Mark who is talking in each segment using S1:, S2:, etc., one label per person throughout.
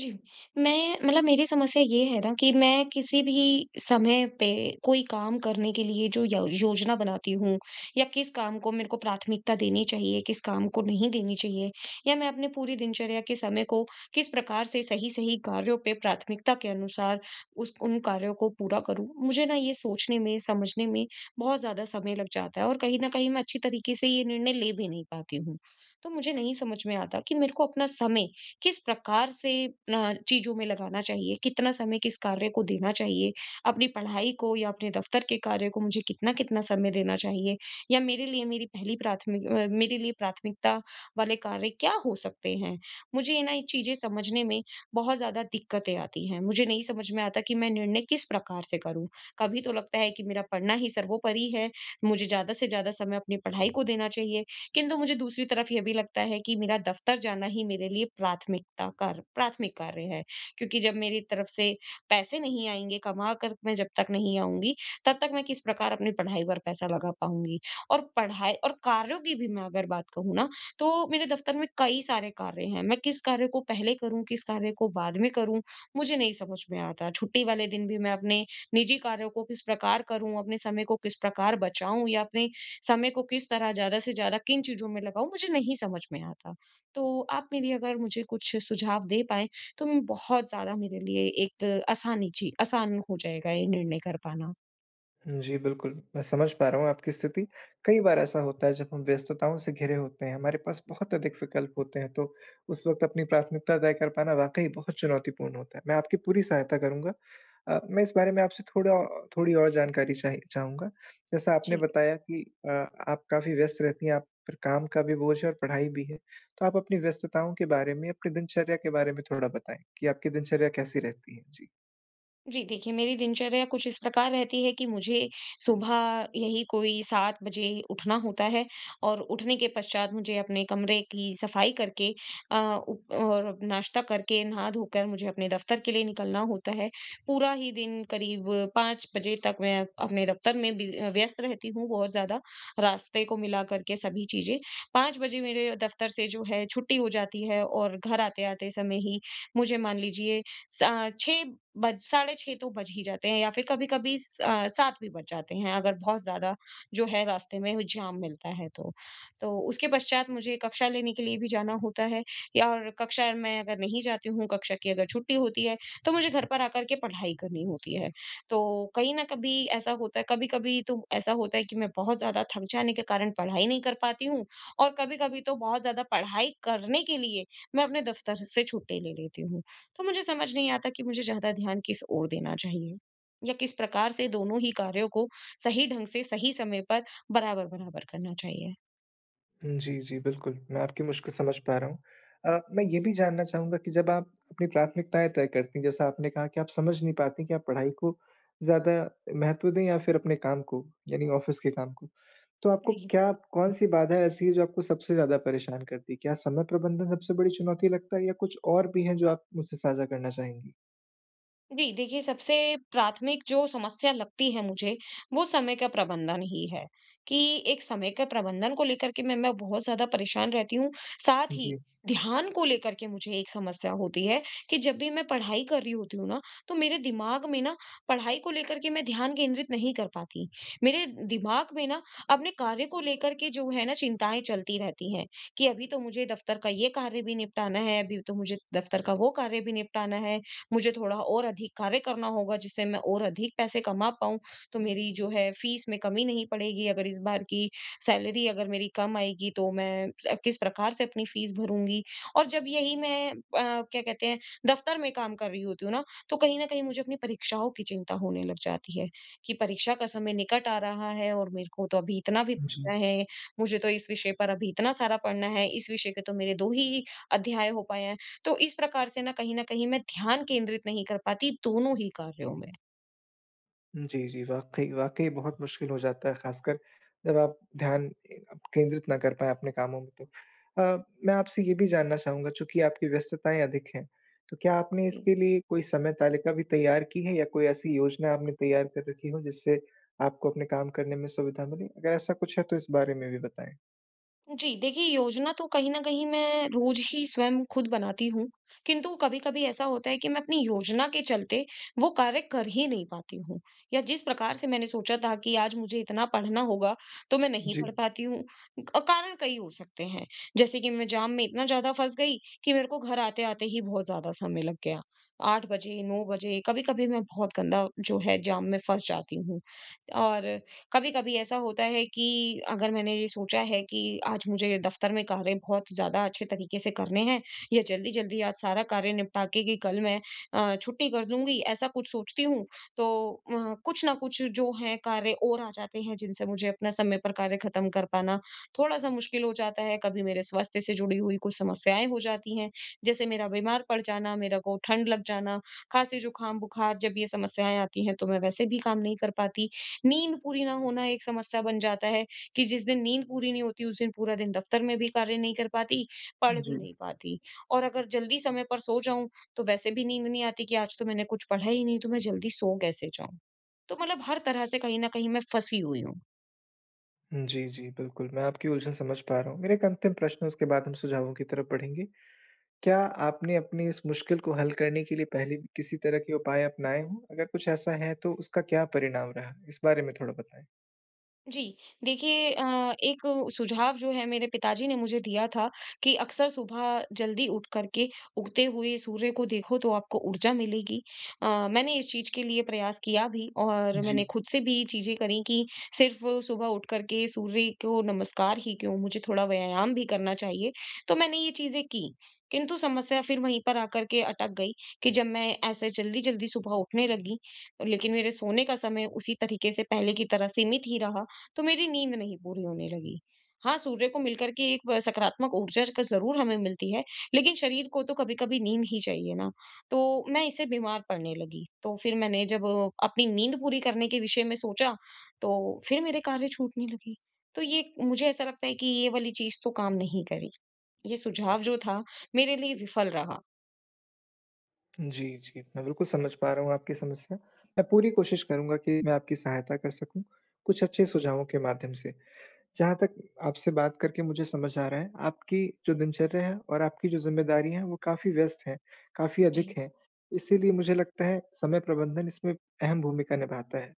S1: जी, मैं मतलब मेरी समस्या ये है ना कि मैं किसी भी समय पे कोई काम करने के लिए जो यो योजना बनाती हूँ, या किस काम को मेरे को प्राथमिकता देनी चाहिए, किस काम को नहीं देनी चाहिए, या मैं अपने पूरी दिनचर्या के समय को किस प्रकार से सही-सही कार्यों पे प्राथमिकता के अनुसार उस उन कार्यों को पूरा करूँ। मुझे ना ये सोचने में, समझने में बहुत ज़्यादा समय लग जाता है, और कहीं न कहीं मैं अच्छी तरीके से ये निर्णय ले भी नहीं पाती हूँ। तो मुझे नहीं समझ में आता कि मेरे को अपना समय किस प्रकार से चीज़ों में लगाना चाहिए, कितना समय किस कार्य को देना चाहिए, अपनी पढ़ाई को या अपने दफ्तर के कार्य को मुझे कितना-कितना समय देना चाहिए, या मेरे लिए मेरी पहली प्राथमिक अ, मेरे लिए प्राथमिकता वाले कार्य क्या हो सकते हैं। मुझे ना ये चीज़ें समझने में बहुत ज़्यादा दिक्कतें आती हैं। मुझे नहीं समझ में आता कि मैं निर्णय किस प्रकार से करूँ। कभी तो लगता है कि मेरा पढ़ना ही सर्वोपरि है, मुझे ज़्यादा से ज़्यादा समय अपनी पढ़ाई को देना चाहिए, किंतु मुझे दूसरी तरफ ये भी लगता है कि मेरा दफ्तर जाना ही मेरे लिए प्राथमिक कार्य है, क्योंकि जब मेरी तरफ से पैसे नहीं आएंगे, कमा कर मैं जब तक नहीं आऊंगी, तब तक मैं किस प्रकार अपनी पढ़ाई पर पैसा लगा पाऊंगी। और पढ़ाई और कार्यों की भी मैं अगर बात कहूँ ना, तो मेरे दफ्तर में कई सारे कार्य हैं, मैं किस कार्य को पहले करूं, किस कार्य को बाद में करूं, मुझे नहीं समझ में आता। छुट्टी वाले दिन भी मैं अपने निजी कार्यों को किस प्रकार करूं, अपने समय को किस प्रकार बचाऊं, या अपने समय को किस तरह ज़्यादा से ज़्यादा किन चीज़ों में लगाऊँ, मुझे नहीं समझ में आता। तो आप मेरी, अगर मुझे कुछ सुझाव दे पाएँ, तो मैं बहुत ज़्यादा, मेरे लिए एक आसान हो जाएगा ये निर्णय कर पाना।
S2: जी, बिल्कुल, मैं समझ पा रहा हूँ आपकी स्थिति। कई बार ऐसा होता है जब हम व्यस्तताओं से घिरे होते हैं, हमारे पास बहुत अधिक विकल्प होते हैं, तो उस वक़्त अपनी प्राथमिकता तय कर पाना वाक़ई बहुत चुनौतीपूर्ण होता है। मैं आपकी पूरी सहायता करूँगा। मैं इस बारे में आपसे थोड़ा थोड़ी और जानकारी चाहि चाहूँगा। जैसा आपने
S1: जी।
S2: बताया कि आप काफ़ी व्यस्त रहती हैं, आप पर काम का भी बोझ है और पढ़ाई भी है। तो आप अपनी व्यस्तताओं के बारे में, अपनी दिनचर्या के बारे में थोड़ा बताएँ कि आपकी दिनचर्या कैसी रहती है? जी।
S1: जी, देखिए, मेरी दिनचर्या कुछ इस प्रकार रहती है कि मुझे सुबह यही कोई 7 बजे उठना होता है, और उठने के पश्चात मुझे अपने कमरे की सफाई करके, अ, उप और नाश्ता करके, नहा-धोकर मुझे अपने दफ़्तर के लिए निकलना होता है। पूरा ही दिन करीब 5 बजे तक मैं अपने दफ़्तर में व्यस्त रहती हूँ, बहुत ज़्यादा, रास्ते को मिला कर के सभी चीज़ें। 5 बजे मेरे दफ़्तर से जो है छुट्टी हो जाती है, और घर आते-आते समय ही मुझे, मान लीजिए, स अ, 6 बज साढ़े 6 तो बज ही जाते हैं, या फिर कभी-कभी 7 भी बज जाते हैं, अगर बहुत ज़्यादा जो है रास्ते में जाम मिलता है तो। तो उसके पश्चात मुझे कक्षा लेने के लिए भी जाना होता है, या और कक्षा मैं अगर नहीं जाती हूँ, कक्षा की अगर छुट्टी होती है, तो मुझे घर पर आकर के पढ़ाई करनी होती है। तो कहीं न कभी ऐसा होता है, कभी-कभी तो ऐसा होता है कि मैं बहुत ज़्यादा थक जाने के कारण पढ़ाई नहीं कर पाती हूँ, और कभी-कभी तो बहुत ज़्यादा पढ़ाई करने के लिए मैं अपने दफ़्तर से छुट्टी ले लेती हूँ। तो मुझे समझ नहीं आता कि मुझे ज़्यादा ध्यान किस ओर देना चाहिए, या किस प्रकार से दोनों ही कार्यों को सही ढंग से सही समय पर बराबर बराबर करना चाहिए।
S2: जी, जी, बिल्कुल, मैं आपकी मुश्किल समझ पा रहा हूँ। मैं ये भी जानना चाहूँगा कि जब आप अपनी प्राथमिकताएँ तय करती हैं, जैसा आपने कहा कि आप समझ नहीं पाती कि आप पढ़ाई को ज़्यादा महत्व दें या फिर अपने काम को, यानी ऑफ़िस के काम को। तो आपको
S1: जी।
S2: क्या कौन-सी बाधा ऐसी है जो आपको सबसे ज़्यादा परेशान करती है? क्या समय प्रबंधन सबसे बड़ी चुनौती लगता है या कुछ और भी है जो आप मुझसे साझा करना चाहेंगी?
S1: जी, देखिए, सबसे प्राथमिक जो समस्या लगती है मुझे, वो समय का प्रबंधन ही है, कि एक समय का प्रबंधन को लेकर के मैं बहुत ज़्यादा परेशान रहती हूँ। साथ ही,
S2: जी,
S1: ध्यान को लेकर के मुझे एक समस्या होती है, कि जब भी मैं पढ़ाई कर रही होती हूँ ना, तो मेरे दिमाग में ना, पढ़ाई को लेकर के मैं ध्यान केंद्रित नहीं कर पाती। मेरे दिमाग में ना, अपने कार्य को लेकर के जो है ना, चिंताएँ चलती रहती हैं, कि अभी तो मुझे दफ्तर का ये कार्य भी निपटाना है, अभी तो मुझे दफ्तर का वो कार्य भी निपटाना है। मुझे थोड़ा और अधिक कार्य करना होगा, जिससे मैं और अधिक पैसे कमा पाऊँ, तो मेरी जो है फीस में कमी नहीं पड़ेगी। अगर इस बार की सैलरी अगर मेरी कम आएगी, तो मैं स किस प्रकार से अपनी फीस भरूँगी? और जब यही मैं क्या कहते हैं, दफ़्तर में काम कर रही होती हूँ ना, तो कहीं न कहीं मुझे अपनी परीक्षाओं की चिंता होने लग जाती है, कि परीक्षा का समय निकट आ रहा है, और मेरे को तो अभी इतना भी
S2: जी।
S1: पढ़ना है, मुझे तो इस विषय पर अभी इतना सारा पढ़ना है, इस विषय के तो मेरे 2 ही अध्याय हो पाए, तो इस प्रकार से ना, कहीं न कहीं मैं ध्यान केंद्रित नहीं कर पाती दोनों ही कार्यों में।
S2: जी, जी, वाक़ई वाक़ई बहुत मुश्किल हो जाता है, ख़ासकर जब आप ध्यान ए केंद्रित ना कर पाएँ अपने कामों में तो। मैं आपसे ये भी जानना चाहूँगा चूँकि आपकी व्यस्तताएँ अधिक हैं, तो क्या आपने
S1: जी।
S2: इसके लिए कोई समय तालिका भी तैयार की है या कोई ऐसी योजना आपने तैयार कर रखी हो जिससे आपको अपने काम करने में सुविधा मिले? अगर ऐसा कुछ है तो इस बारे में भी बताएँ?
S1: जी, देखिए, योजना तो कहीं न कहीं मैं रोज़ ही स्वयं खुद बनाती हूँ, किंतु कभी-कभी ऐसा होता है कि मैं अपनी योजना के चलते वो कार्य कर ही नहीं पाती हूँ, या जिस प्रकार से मैंने सोचा था कि आज मुझे इतना पढ़ना होगा, तो मैं नहीं
S2: जी,
S1: पढ़ पाती हूँ। कारण कई हो सकते हैं, जैसे कि मैं जाम में इतना ज़्यादा फँस गई कि मेरे को घर आते-आते ही बहुत ज़्यादा समय लग गया। 8 बजे, 9 बजे, कभी-कभी मैं बहुत गंदा जो है जाम में फँस जाती हूँ, और कभी-कभी ऐसा होता है कि अगर मैंने ये सोचा है कि आज मुझे ये दफ्तर में कार्य बहुत ज़्यादा अच्छे तरीके से करने हैं, या जल्दी-जल्दी आज सारा कार्य निपटा के कि कल मैं छुट्टी कर लूँगी, ऐसा कुछ सोचती हूँ, तो कुछ ना कुछ जो है कार्य और आ जाते हैं, जिनसे मुझे अपना समय पर कार्य खत्म कर पाना थोड़ा-सा मुश्किल हो जाता है। कभी मेरे स्वास्थ्य से जुड़ी हुई कुछ समस्याएँ हो जाती हैं, जैसे मेरा बीमार पड़ जाना, मेरे को ठंड लग जाना, खाँसी, जुकाम, बुखार, जब ये समस्याएँ आती हैं तो मैं वैसे भी काम नहीं कर पाती। नींद पूरी ना होना एक समस्या बन जाता है, कि जिस दिन नींद पूरी नहीं होती, उस दिन पूरा दिन दफ्तर में भी कार्य नहीं कर पाती, पढ़
S2: जी।
S1: भी नहीं पाती। और अगर जल्दी समय पर सो जाऊं, तो वैसे भी नींद नहीं आती, कि आज तो मैंने कुछ पढ़ा ही नहीं, तो मैं जल्दी सो कैसे जाऊं। तो मतलब हर तरह से कहीं ना कहीं मैं फंसी हुई हूँ।
S2: जी, जी, बिल्कुल, मैं आपकी उलझन समझ पा रहा हूँ। मेरा एक अंतिम प्रश्न है उसके बाद हम सुझावों की तरफ बढ़ेंगे। क्या आपने अपनी इस मुश्किल को हल करने के लिए पहले भी किसी तरह के उपाय अपनाए हों? अगर कुछ ऐसा है तो उसका क्या परिणाम रहा? इस बारे में थोड़ा बताएँ।
S1: जी, देखिए, एक सुझाव जो है, मेरे पिताजी ने मुझे दिया था कि अक्सर सुबह जल्दी उठ कर के उगते हुए सूर्य को देखो तो आपको ऊर्जा मिलेगी। अ, मैंने इस चीज़ के लिए प्रयास किया भी, और
S2: जी।
S1: मैंने खुद से भी चीज़ें करी कि सिर्फ़ सुबह उठ कर के सूर्य को नमस्कार ही क्यों, मुझे थोड़ा व्यायाम भी करना चाहिए। तो मैंने ये चीज़ें की, किंतु समस्या फिर वहीं पर आकर के अटक गई, कि जब मैं ऐसे जल्दी-जल्दी सुबह उठने लगी, लेकिन मेरे सोने का समय उसी तरीके से पहले की तरह सीमित ही रहा। तो मेरी नींद नहीं पूरी होने लगी। हाँ, सूर्य को मिलकर के एक ब सकारात्मक ऊर्जा क ज़रूर हमें मिलती है, लेकिन शरीर को तो कभी-कभी नींद ही चाहिए ना। तो मैं इससे बीमार पड़ने लगी। तो फिर मैंने जब अपनी नींद पूरी करने के विषय में सोचा, तो फिर मेरे कार्य छूटने लगे। तो ये मुझे ऐसा लगता है कि ये वाली चीज़ तो काम नहीं करी। ये सुझाव जो था, मेरे लिए विफल रहा।
S2: जी, जी। मैं बिल्कुल समझ पा रहा हूँ आपकी समस्या। मैं पूरी कोशिश करूँगा कि मैं आपकी सहायता कर सकूँ, कुछ अच्छे सुझावों के माध्यम से। जहाँ तक आपसे बात करके मुझे समझ आ रहा है, आपकी जो दिनचर्या है और आपकी जो ज़िम्मेदारी है वो काफ़ी व्यस्त है, काफ़ी अधिक
S1: जी,
S2: है। इसीलिए मुझे लगता है समय प्रबंधन इसमें अहम भूमिका निभाता है।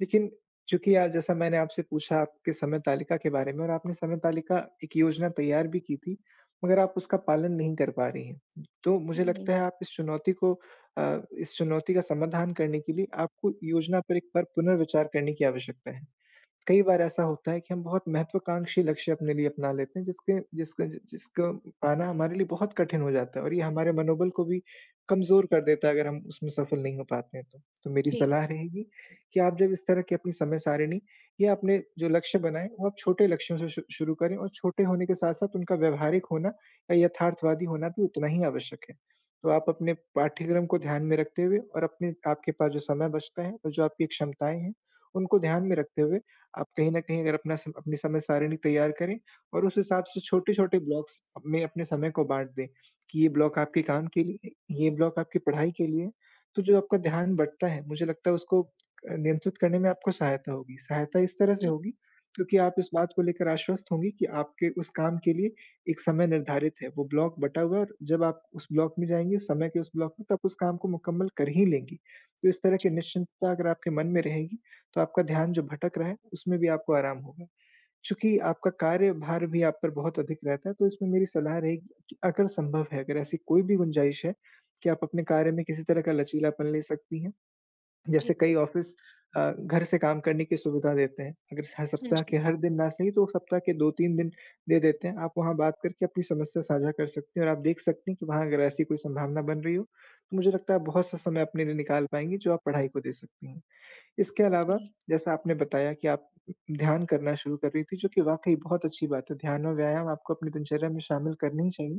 S2: लेकिन चूँकि आज जैसा मैंने आपसे पूछा आपके समय तालिका के बारे में और आपने समय तालिका एक योजना तैयार भी की थी, मगर आप उसका पालन नहीं कर पा रही हैं। तो मुझे
S1: हुँ,
S2: लगता है आप इस चुनौती को इस चुनौती का समाधान करने के लिए आपको योजना पर एक बार पुनर्विचार करने की आवश्यकता है। कई बार ऐसा होता है कि हम बहुत महत्वाकांक्षी लक्ष्य अपने लिए अपना लेते हैं जिसके जिसका जिसको पाना हमारे लिए बहुत कठिन हो जाता है और ये हमारे मनोबल को भी कमज़ोर कर देता है अगर हम उसमें सफल नहीं हो पाते हैं तो। तो मेरी
S1: जी,
S2: सलाह रहेगी कि आप जब इस तरह की अपनी समय सारिणी या अपने जो लक्ष्य बनाएँ वो आप छोटे लक्ष्यों से शु शुरू करें और छोटे होने के साथ-साथ उनका व्यावहारिक होना या यथार्थवादी होना भी उतना ही आवश्यक है। तो आप अपने पाठ्यक्रम को ध्यान में रखते हुए और अपने आपके पास जो समय बचता है और जो आपकी क्षमताएँ हैं, उनको ध्यान में रखते हुए आप कहीं न कहीं अगर अपना सम अपनी समय सारिणी तैयार करें और उस हिसाब से छोटे-छोटे ब्लॉक्स में अपने समय को बाँट दें, कि ये ब्लॉक आपके काम के लिए, है, ये ब्लॉक आपकी पढ़ाई के लिए है। तो जो आपका ध्यान बँटता है, मुझे लगता है उसको नियंत्रित करने में आपको सहायता होगी। सहायता इस तरह से
S1: जी,
S2: होगी क्योंकि आप इस बात को लेकर आश्वस्त होंगी कि आपके उस काम के लिए एक समय निर्धारित है, वो ब्लॉक बँटा हुआ है और जब आप उस ब्लॉक में जाएँगी, उस समय के उस ब्लॉक में, तो आप उस काम को मुकम्मल कर ही लेंगी। तो इस तरह की
S1: जी,
S2: निश्चिंतता अगर आपके मन में रहेगी, तो आपका ध्यान जो भटक रहा है, उसमें भी आपको आराम होगा। चूँकि आपका कार्यभार भी आप पर बहुत अधिक रहता है, तो इसमें मेरी सलाह रहेगी कि अगर संभव है, अगर ऐसी कोई भी गुंजाइश है कि आप अपने कार्य में किसी तरह का लचीलापन ले सकती हैं।
S1: जी।
S2: जैसे कई ऑफ़िस घर से काम करने की सुविधा देते हैं। अगर स
S1: हाँ
S2: सप्ताह के
S1: जी,
S2: हर दिन ना सही, तो सप्ताह के 2-3 दिन दे देते हैं। आप वहाँ बात करके अपनी समस्या साझा कर सकती हैं और आप देख सकती हैं कि वहाँ अगर ऐसी कोई संभावना बन रही हो, तो मुझे लगता है आप बहुत-सा समय अपने लिए निकाल पाएँगी, जो आप पढ़ाई को दे सकती हैं। इसके अलावा
S1: जी,
S2: जैसा आपने बताया कि आप ध्यान करना शुरू कर रही थी, जो कि वाक़ई बहुत अच्छी बात है। ध्यान और व्यायाम आपको अपनी दिनचर्या में शामिल करने ही चाहिए,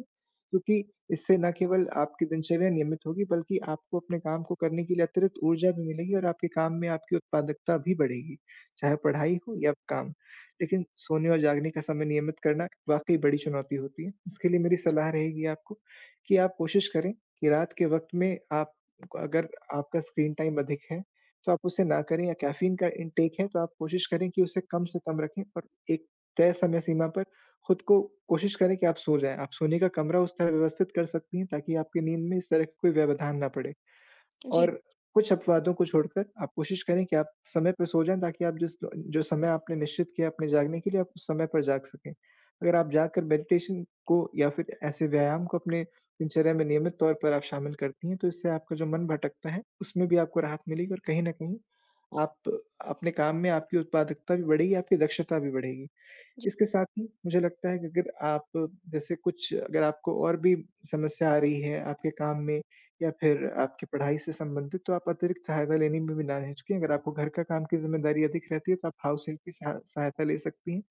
S2: क्योंकि इससे ना केवल आपकी दिनचर्या नियमित होगी, बल्कि आपको अपने काम को करने के लिए अतिरिक्त ऊर्जा भी मिलेगी और आपके काम में आपकी उत्पादकता भी बढ़ेगी, चाहे पढ़ाई हो या काम। लेकिन सोने और जागने का समय नियमित करना वाक़ई बड़ी चुनौती होती है। इसके लिए मेरी सलाह रहेगी आपको कि आप कोशिश करें कि रात के वक़्त में आप अगर आपका स्क्रीन टाइम अधिक है तो आप उसे ना करें या कैफ़ीन का इंटेक है तो आप कोशिश करें कि उसे कम से कम रखें और एक तय समय सीमा पर खुद को कोशिश करें कि आप सो जाएँ। आप सोने का कमरा उस तरह व्यवस्थित कर सकती हैं ताकि आपकी नींद में इस तरह की कोई व्यवधान ना पड़े।
S1: जी।
S2: और कुछ अपवादों को छोड़कर आप कोशिश करें कि आप समय पे सो जाएँ ताकि आप जिस जो समय आपने निश्चित किया अपने जागने के लिए, आप उस समय पर जाग सकें। अगर आप जागकर मेडिटेशन को या फिर ऐसे व्यायाम को अपने दिनचर्या में नियमित तौर पर आप शामिल करती हैं, तो इससे आपका जो मन भटकता है, उसमें भी आपको राहत मिलेगी और कहीं न कहीं आप अपने काम में आपकी उत्पादकता भी बढ़ेगी, आपकी दक्षता भी बढ़ेगी। इसके साथ ही मुझे लगता है कि अगर आप जैसे कुछ अगर आपको और भी समस्या आ रही है आपके काम में या फिर आपकी पढ़ाई से संबंधित, तो आप अतिरिक्त सहायता लेने में भी ना हिचकें। अगर आपको घर का काम की ज़िम्मेदारी अधिक रहती है, तो आप हाउस हेल्प की सहायता ले सकती हैं।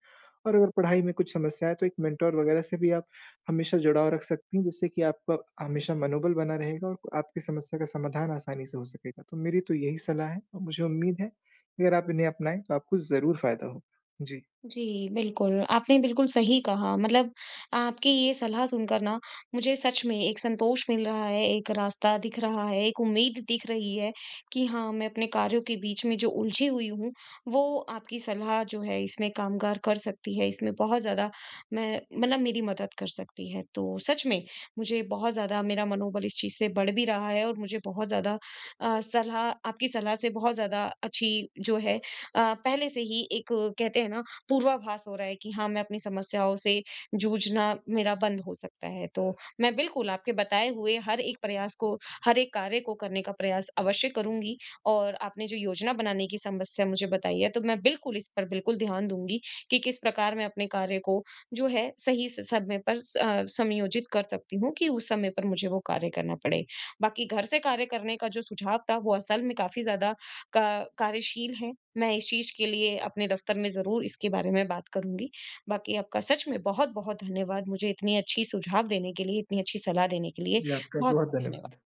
S2: और अगर पढ़ाई में कुछ समस्या है, तो एक मेंटर वगैरह से भी आप हमेशा जुड़ाव रख सकती हैं, जिससे कि आपका हमेशा मनोबल बना रहेगा और आपकी समस्या का समाधान आसानी से हो सकेगा। तो मेरी तो यही सलाह है और मुझे उम्मीद है, कि अगर आप इन्हें अपनाएँ, तो आपको ज़रूर फ़ायदा होगा। जी।
S1: जी, बिल्कुल। आपने बिल्कुल सही कहा। मतलब, आपकी ये सलाह सुनकर ना, मुझे सच में एक संतोष मिल रहा है, एक रास्ता दिख रहा है, एक उम्मीद दिख रही है, कि हाँ, मैं अपने कार्यों के बीच में जो उलझी हुई हूँ, वो आपकी सलाह जो है, इसमें कामगार कर सकती है। इसमें बहुत ज़्यादा, मैं मतलब, मेरी मदद कर सकती है। तो सच में मुझे बहुत ज़्यादा, मेरा मनोबल इस चीज़ से बढ़ भी रहा है, और मुझे बहुत ज़्यादा अ, सलाह आपकी सलाह से बहुत ज़्यादा अच्छी जो है, पहले से ही एक, कहते हैं ना, पूर्वाभास हो रहा है कि हाँ, मैं अपनी समस्याओं से जूझना मेरा बंद हो सकता है। तो मैं बिल्कुल आपके बताए हुए हर एक प्रयास को, हर एक कार्य को करने का प्रयास अवश्य करूँगी। और आपने जो योजना बनाने की समस्या मुझे बताई है, तो मैं बिल्कुल इस पर बिल्कुल ध्यान दूँगी, कि किस प्रकार मैं अपने कार्य को जो है सही स समय पर समयोजित कर सकती हूँ, कि उस समय पर मुझे वो कार्य करना पड़े। बाकी घर से कार्य करने का जो सुझाव था, वो असल में काफ़ी ज़्यादा का कार्यशील है। मैं इस चीज़ के लिए अपने दफ्तर में ज़रूर इसके बारे में बात करूँगी। बाकी आपका सच में बहुत-बहुत धन्यवाद, मुझे इतनी अच्छी सुझाव देने के लिए, इतनी अच्छी सलाह देने के लिए।
S2: जी, आपका बहुत
S1: बहुत-बहुत
S2: धन्यवाद।
S1: धन्यवाद।